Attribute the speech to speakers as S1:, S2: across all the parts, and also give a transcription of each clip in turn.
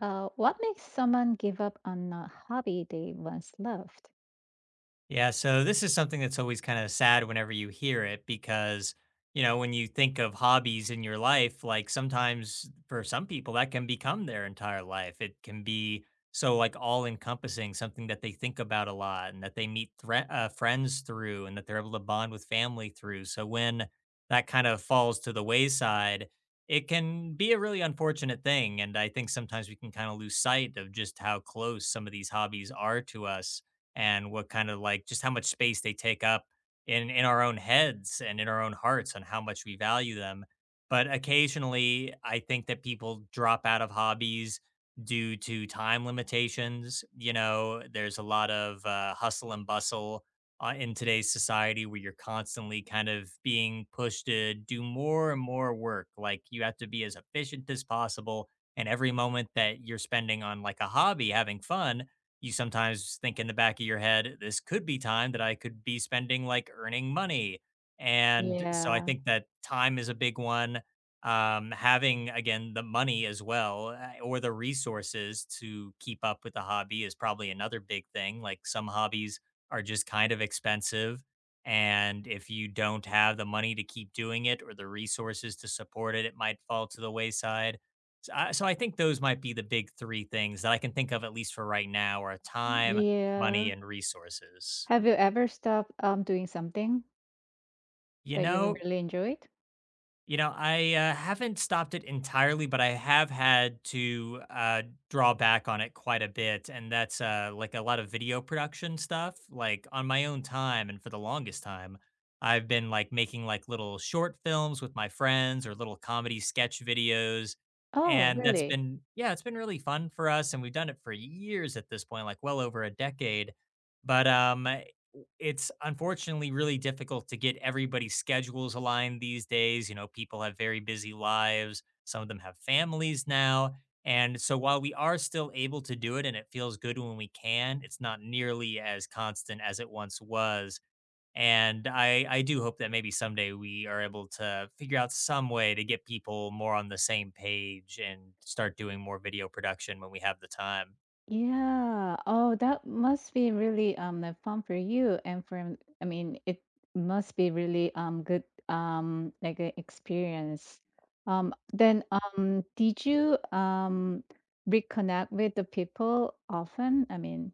S1: What makes someone give up on a hobby they once loved?
S2: Yeah, so this is something that's always kind of sad whenever you hear it because, you know, when you think of hobbies in your life, like sometimes for some people that can become their entire life. It can be so like all encompassing, something that they think about a lot and that they meet friends through and that they're able to bond with family through. So when that kind of falls to the wayside, it can be a really unfortunate thing. And I think sometimes we can kind of lose sight of just how close some of these hobbies are to us and what kind of like just how much space they take up in our own heads and in our own hearts and how much we value them. But occasionally, I think that people drop out of hobbies due to time limitations. You know, there's a lot of hustle and bustle in today's society where you're constantly kind of being pushed to do more and more work. Like you have to be as efficient as possible. And every moment that you're spending on like a hobby, having fun, you sometimes think in the back of your head, this could be time that I could be spending like earning money. And so I
S1: Yeah.
S2: think that time is a big one. Having again the money as well or the resources to keep up with the hobby is probably another big thing. Like some hobbies are just kind of expensive. And if you don't have the money to keep doing it or the resources to support it, it might fall to the wayside so I think those might be the big three things that I can think of, at least for right now, are time, money,
S1: Yeah.
S2: and resources.
S1: Have you ever stopped doing something
S2: You
S1: that you
S2: know,
S1: really enjoyed?
S2: You know, I haven't stopped it entirely, but I have had to draw back on it quite a bit. And that's like a lot of video production stuff, like on my own time. And for the longest time, I've been like making like little short films with my friends or little comedy sketch videos.
S1: Oh,
S2: And that's
S1: really?
S2: been, yeah, it's been really fun for us. And we've done it for years at this point, like well over a decade. But it's unfortunately really difficult to get everybody's schedules aligned these days. You know, people have very busy lives. Some of them have families now. And so while we are still able to do it and it feels good when we can, it's not nearly as constant as it once was. And I do hope that maybe someday we are able to figure out some way to get people more on the same page and start doing more video production when we have the time.
S1: Yeah. Oh, that must be really like fun for you and for I mean, it must be really good, like an experience. Then did you reconnect with the people often? I mean,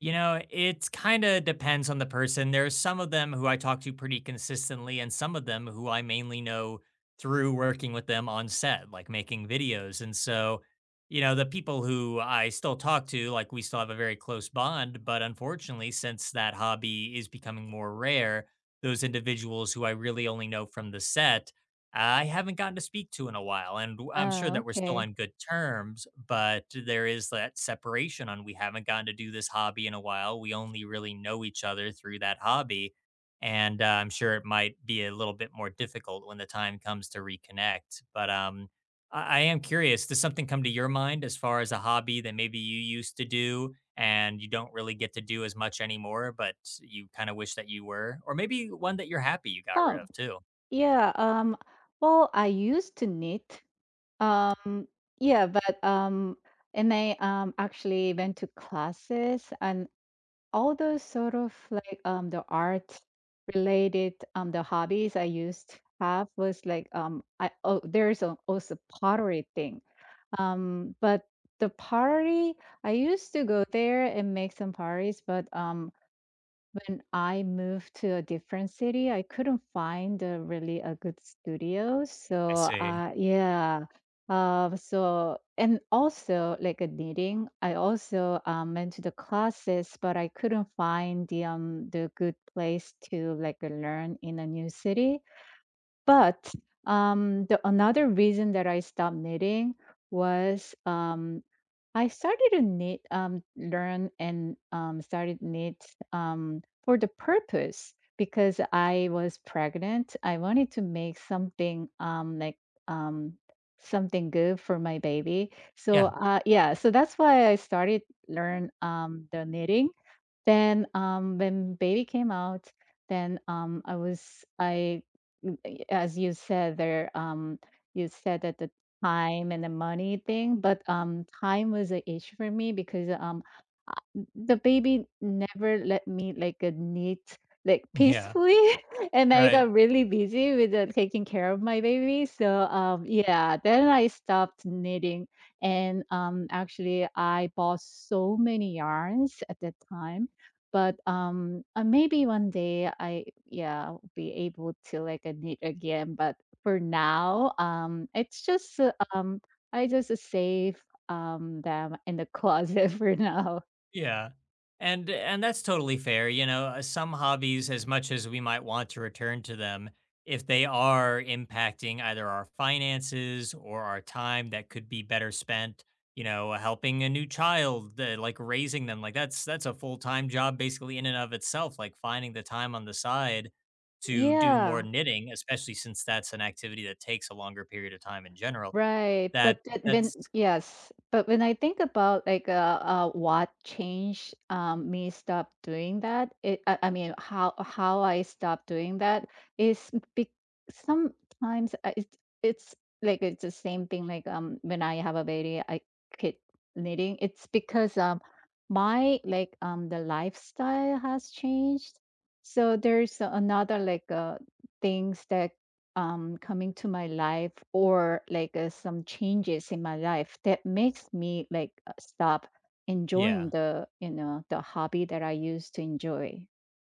S2: You know, it kind of depends on the person. There's some of them who I talk to pretty consistently, and some of them who I mainly know through working with them on set, like making videos. And so, you know, the people who I still talk to, like we still have a very close bond. But unfortunately, since that hobby is becoming more rare, those individuals who I really only know from the set I haven't gotten to speak to in a while, and w I'm sure
S1: oh,
S2: that we're still
S1: okay.
S2: on good terms, but there is that separation on we haven't gotten to do this hobby in a while. We only really know each other through that hobby, and, I'm sure it might be a little bit more difficult when the time comes to reconnect, but, I am curious, does something come to your mind as far as a hobby that maybe you used to do and you don't really get to do as much anymore, but you kinda wish that you were? Or maybe one that you're happy you got rid
S1: Oh.
S2: of too?
S1: Yeah, well, I used to knit. Um, yeah, but and I actually went to classes, and all those sort of like the art related, the hobbies I used to have was like, I oh, there's a, also pottery thing. But the pottery, I used to go there and make some potteries, but when I moved to a different city, I couldn't find a really a good studio.
S2: I
S1: So,
S2: see.
S1: yeah. And also like a knitting, I also went to the classes, but I couldn't find the good place to like learn in a new city. But the another reason that I stopped knitting was, I started to knit, learn and, started knit, for the purpose because I was pregnant. I wanted to make something, like, um, something good for my baby. So,
S2: Yeah.
S1: yeah, so that's why I started learn, the knitting. Then, when baby came out, then, I was I, eh, as you said there, you said that the time and the money thing, but, time was an issue for me because, uh, the baby never let me, like, neat, like,
S2: Yeah,
S1: peacefully, and I
S2: right.
S1: got really busy with, taking care of my baby. So, yeah, then I stopped knitting, and, actually, I bought so many yarns at that time, but, maybe one day I, yeah, will be able to, like, knit again, but for now, it's just, I just save, them in the closet for now.
S2: Yeah. And that's totally fair. You know, some hobbies as much as we might want to return to them, if they are impacting either our finances or our time that could be better spent, you know, helping a new child, like raising them, like that's a full-time job basically in and of itself, like finding the time on the side to do more
S1: Yeah.
S2: knitting, especially since that's an activity that takes a longer period of time in general.
S1: Right,
S2: That
S1: but that when,
S2: that's
S1: yes, but when I think about like, what changed, me stop doing that, I mean how I stopped doing that is sometimes I- it's it's like it's the same thing, like when I have a baby I quit knitting. It's because my like the lifestyle has changed. So there's another like things that coming to my life or like, some changes in my life that makes me like, stop enjoying
S2: yeah.
S1: the, you know, the hobby that I used to enjoy.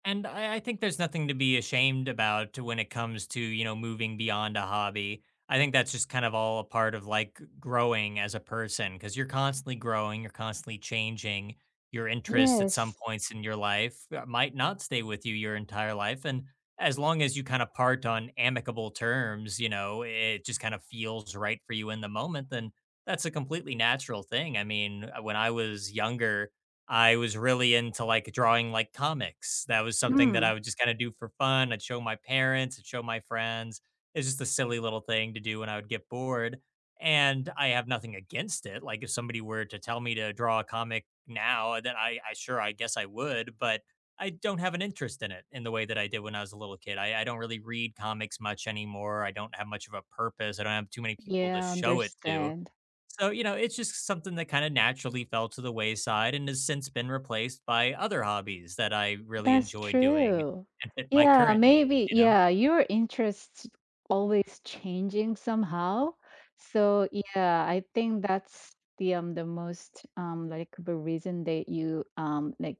S2: And I think there's nothing to be ashamed about when it comes to, you know, moving beyond a hobby. I think that's just kind of all a part of like growing as a person because you're constantly growing, you're constantly changing. Your interests at some
S1: Yes.
S2: points in your life might not stay with you your entire life. And as long as you kind of part on amicable terms, you know, it just kind of feels right for you in the moment, then that's a completely natural thing. I mean, when I was younger, I was really into, like, drawing, like, comics. That was something that I
S1: Mm.
S2: would just kinda do for fun. I'd show my parents, I'd show my friends. It's just a silly little thing to do when I would get bored, and I have nothing against it. Like, if somebody were to tell me to draw a comic now, then I sure, I guess I would, but I don't have an interest in it in the way that I did when I was a little kid. I don't really read comics much anymore. I don't have much of a purpose. I don't have too many people to
S1: Yeah,
S2: show it to.
S1: understand.
S2: So, you know, it's just something that kind of naturally fell to the wayside and has since been replaced by other hobbies that I really
S1: That's
S2: enjoy doing
S1: true.
S2: and fit my
S1: Yeah,
S2: current needs,
S1: maybe,
S2: you know?
S1: yeah, your interests always changing somehow. So yeah, I think that's the most like the reason that you like,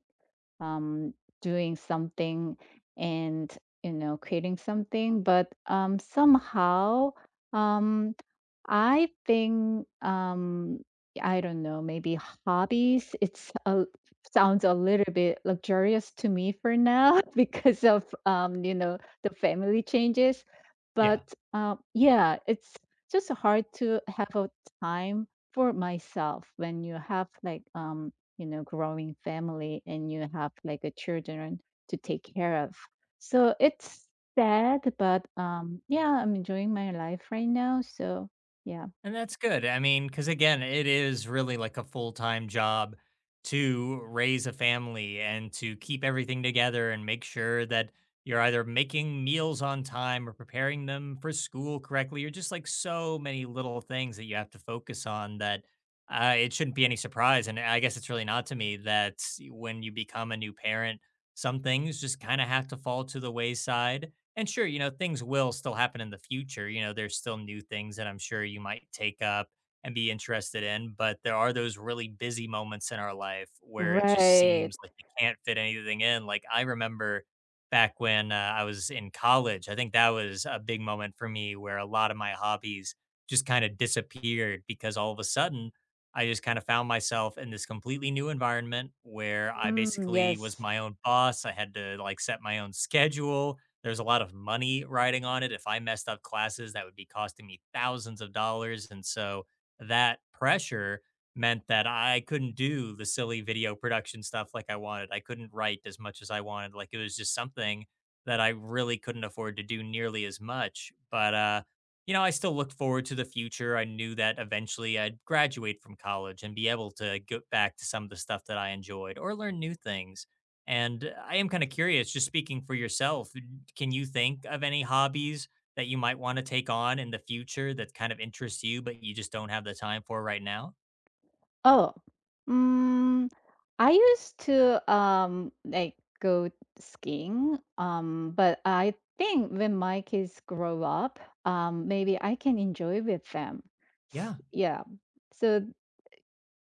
S1: um, doing something and, you know, creating something but somehow, um, i think um, I don't know, maybe hobbies it's a, sounds a little bit luxurious to me for now because of, you know, the family changes.
S2: Yeah.
S1: But yeah, it's just hard to have a time for myself when you have like, you know, growing family and you have like a children to take care of. So it's sad, but yeah, I'm enjoying my life right now. So yeah.
S2: And that's good. I mean, because again, it is really like a full time job to raise a family and to keep everything together and make sure that you're either making meals on time or preparing them for school correctly. You're just like so many little things that you have to focus on that it shouldn't be any surprise. And I guess it's really not to me that when you become a new parent, some things just kind of have to fall to the wayside and sure, you know, things will still happen in the future. You know, there's still new things that I'm sure you might take up and be interested in, but there are those really busy moments in our life where it just
S1: Right.
S2: seems like you can't fit anything in. Like I remember back when I was in college, I think that was a big moment for me where a lot of my hobbies just kind of disappeared because all of a sudden I just kind of found myself in this completely new environment where I
S1: Mm,
S2: basically was
S1: yes.
S2: my own boss. I had to like set my own schedule. There's a lot of money riding on it. If I messed up classes, that would be costing me thousands of dollars. And so that pressure meant that I couldn't do the silly video production stuff like I wanted. I couldn't write as much as I wanted. Like it was just something that I really couldn't afford to do nearly as much. But you know, I still look forward to the future. I knew that eventually I'd graduate from college and be able to get back to some of the stuff that I enjoyed or learn new things. And I am kind of curious, just speaking for yourself, can you think of any hobbies that you might want to take on in the future that kind of interests you, but you just don't have the time for right now?
S1: Oh. Mm, I used to like go skiing, but I think when my kids grow up, maybe I can enjoy with them.
S2: Yeah.
S1: Yeah. So,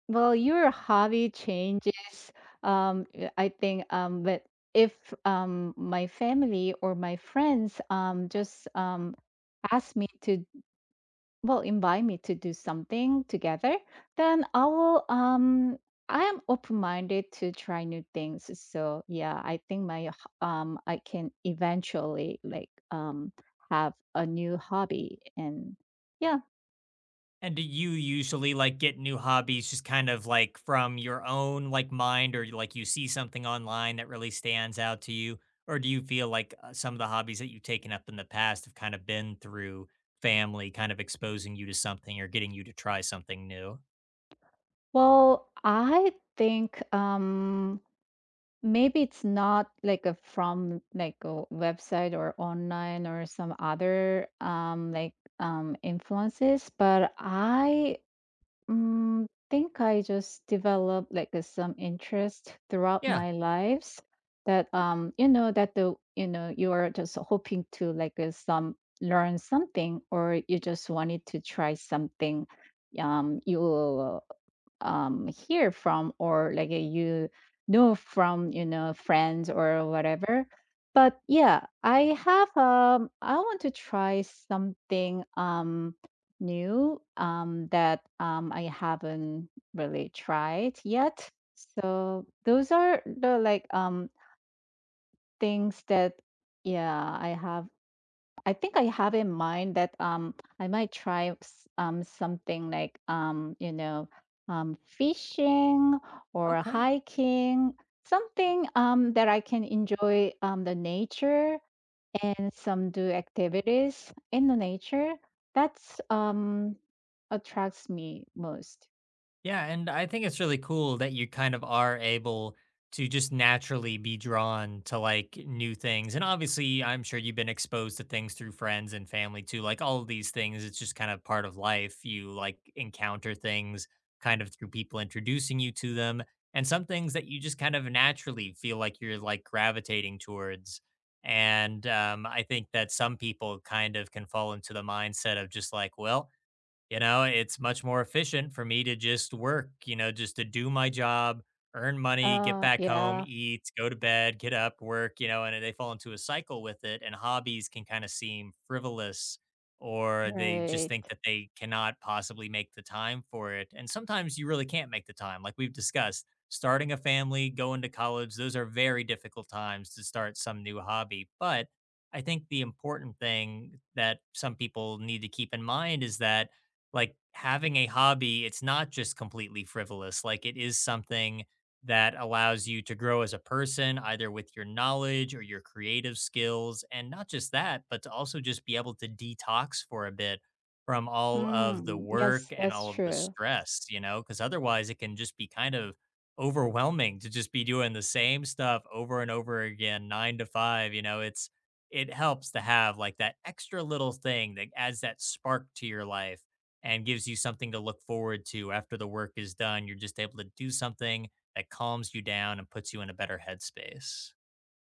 S1: well, your hobby changes, I think, but if, my family or my friends, just ask me to, well, invite me to do something together, then I will, I am open-minded to try new things. So yeah, I think I can eventually like, have a new hobby. And yeah,
S2: And do you usually like get new hobbies just kind of like from your own like mind or like you see something online that really stands out to you? Or do you feel like some of the hobbies that you've taken up in the past have kind of been through family kind of exposing you to something or getting you to try something new?
S1: well, I think maybe it's not like a from like a website or online or some other like influences, but I, think I just developed like a, some interest throughout
S2: Yeah.
S1: my lives that, you know, that the, you know, you are just hoping to like, some learn something or you just wanted to try something, you hear from or like, you know, from, you know, friends or whatever. But yeah, I have, I want to try something new, that I haven't really tried yet. So those are the like, things that, yeah, I have. I think I have in mind that I might try something like, you know, fishing or
S2: Okay.
S1: hiking, something that I can enjoy the nature and some do activities in the nature. That's attracts me most.
S2: Yeah, and I think it's really cool that you kind of are able to just naturally be drawn to like new things. And obviously, I'm sure you've been exposed to things through friends and family too. Like all of these things, it's just kind of part of life. You like encounter things kind of through people introducing you to them, and some things that you just kind of naturally feel like you're like gravitating towards. And I think that some people kind of can fall into the mindset of just like, well, you know, it's much more efficient for me to just work, you know, just to do my job, earn money, get back home,
S1: Yeah,
S2: eat, go to bed, get up, work, you know, and they fall into a cycle with it. And hobbies can kind of seem frivolous or they just think
S1: right.
S2: that they cannot possibly make the time for it. And sometimes you really can't make the time. Like we've discussed, starting a family, going to college, those are very difficult times to start some new hobby. But I think the important thing that some people need to keep in mind is that like having a hobby, it's not just completely frivolous. Like it is something that allows you to grow as a person, either with your knowledge or your creative skills. And not just that, but to also just be able to detox for a bit from all of the
S1: Mm,
S2: work
S1: yes,
S2: and
S1: that's
S2: all of the
S1: true.
S2: stress, you know, because otherwise it can just be kind of overwhelming to just be doing the same stuff over and over again, nine to five. You know, it's, it helps to have like that extra little thing that adds that spark to your life and gives you something to look forward to after the work is done. You're just able to do something that calms you down and puts you in a better headspace.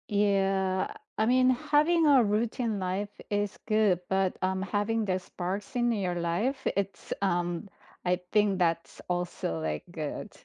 S1: Yeah, I mean, having a routine life is good, but having the sparks in your life, it's I think that's also like good.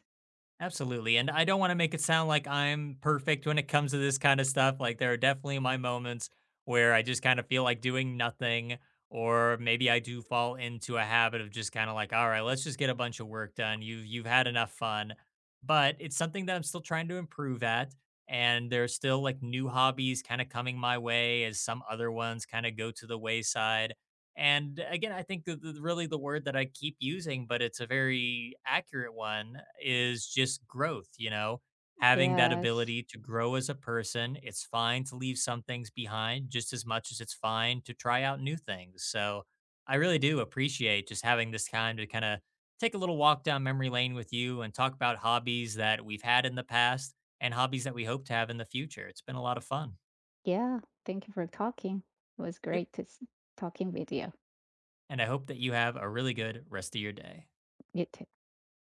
S2: Absolutely. And I don't want to make it sound like I'm perfect when it comes to this kind of stuff. Like, there are definitely my moments where I just kind of feel like doing nothing, or maybe I do fall into a habit of just kind of like, all right, let's just get a bunch of work done. You've had enough fun. But it's something that I'm still trying to improve at. And there's still like new hobbies kind of coming my way as some other ones kind of go to the wayside. And again, I think that the, really the word that I keep using, but it's a very accurate one, is just growth. You know, having that
S1: Yes.
S2: ability to grow as a person. It's fine to leave some things behind just as much as it's fine to try out new things. So I really do appreciate just having this time to kind of take a little walk down memory lane with you and talk about hobbies that we've had in the past and hobbies that we hope to have in the future. It's been a lot of fun.
S1: Yeah. Thank you for talking. It was
S2: Yep.
S1: great to talking with you.
S2: And I hope that you have a really good rest of your day.
S1: You too.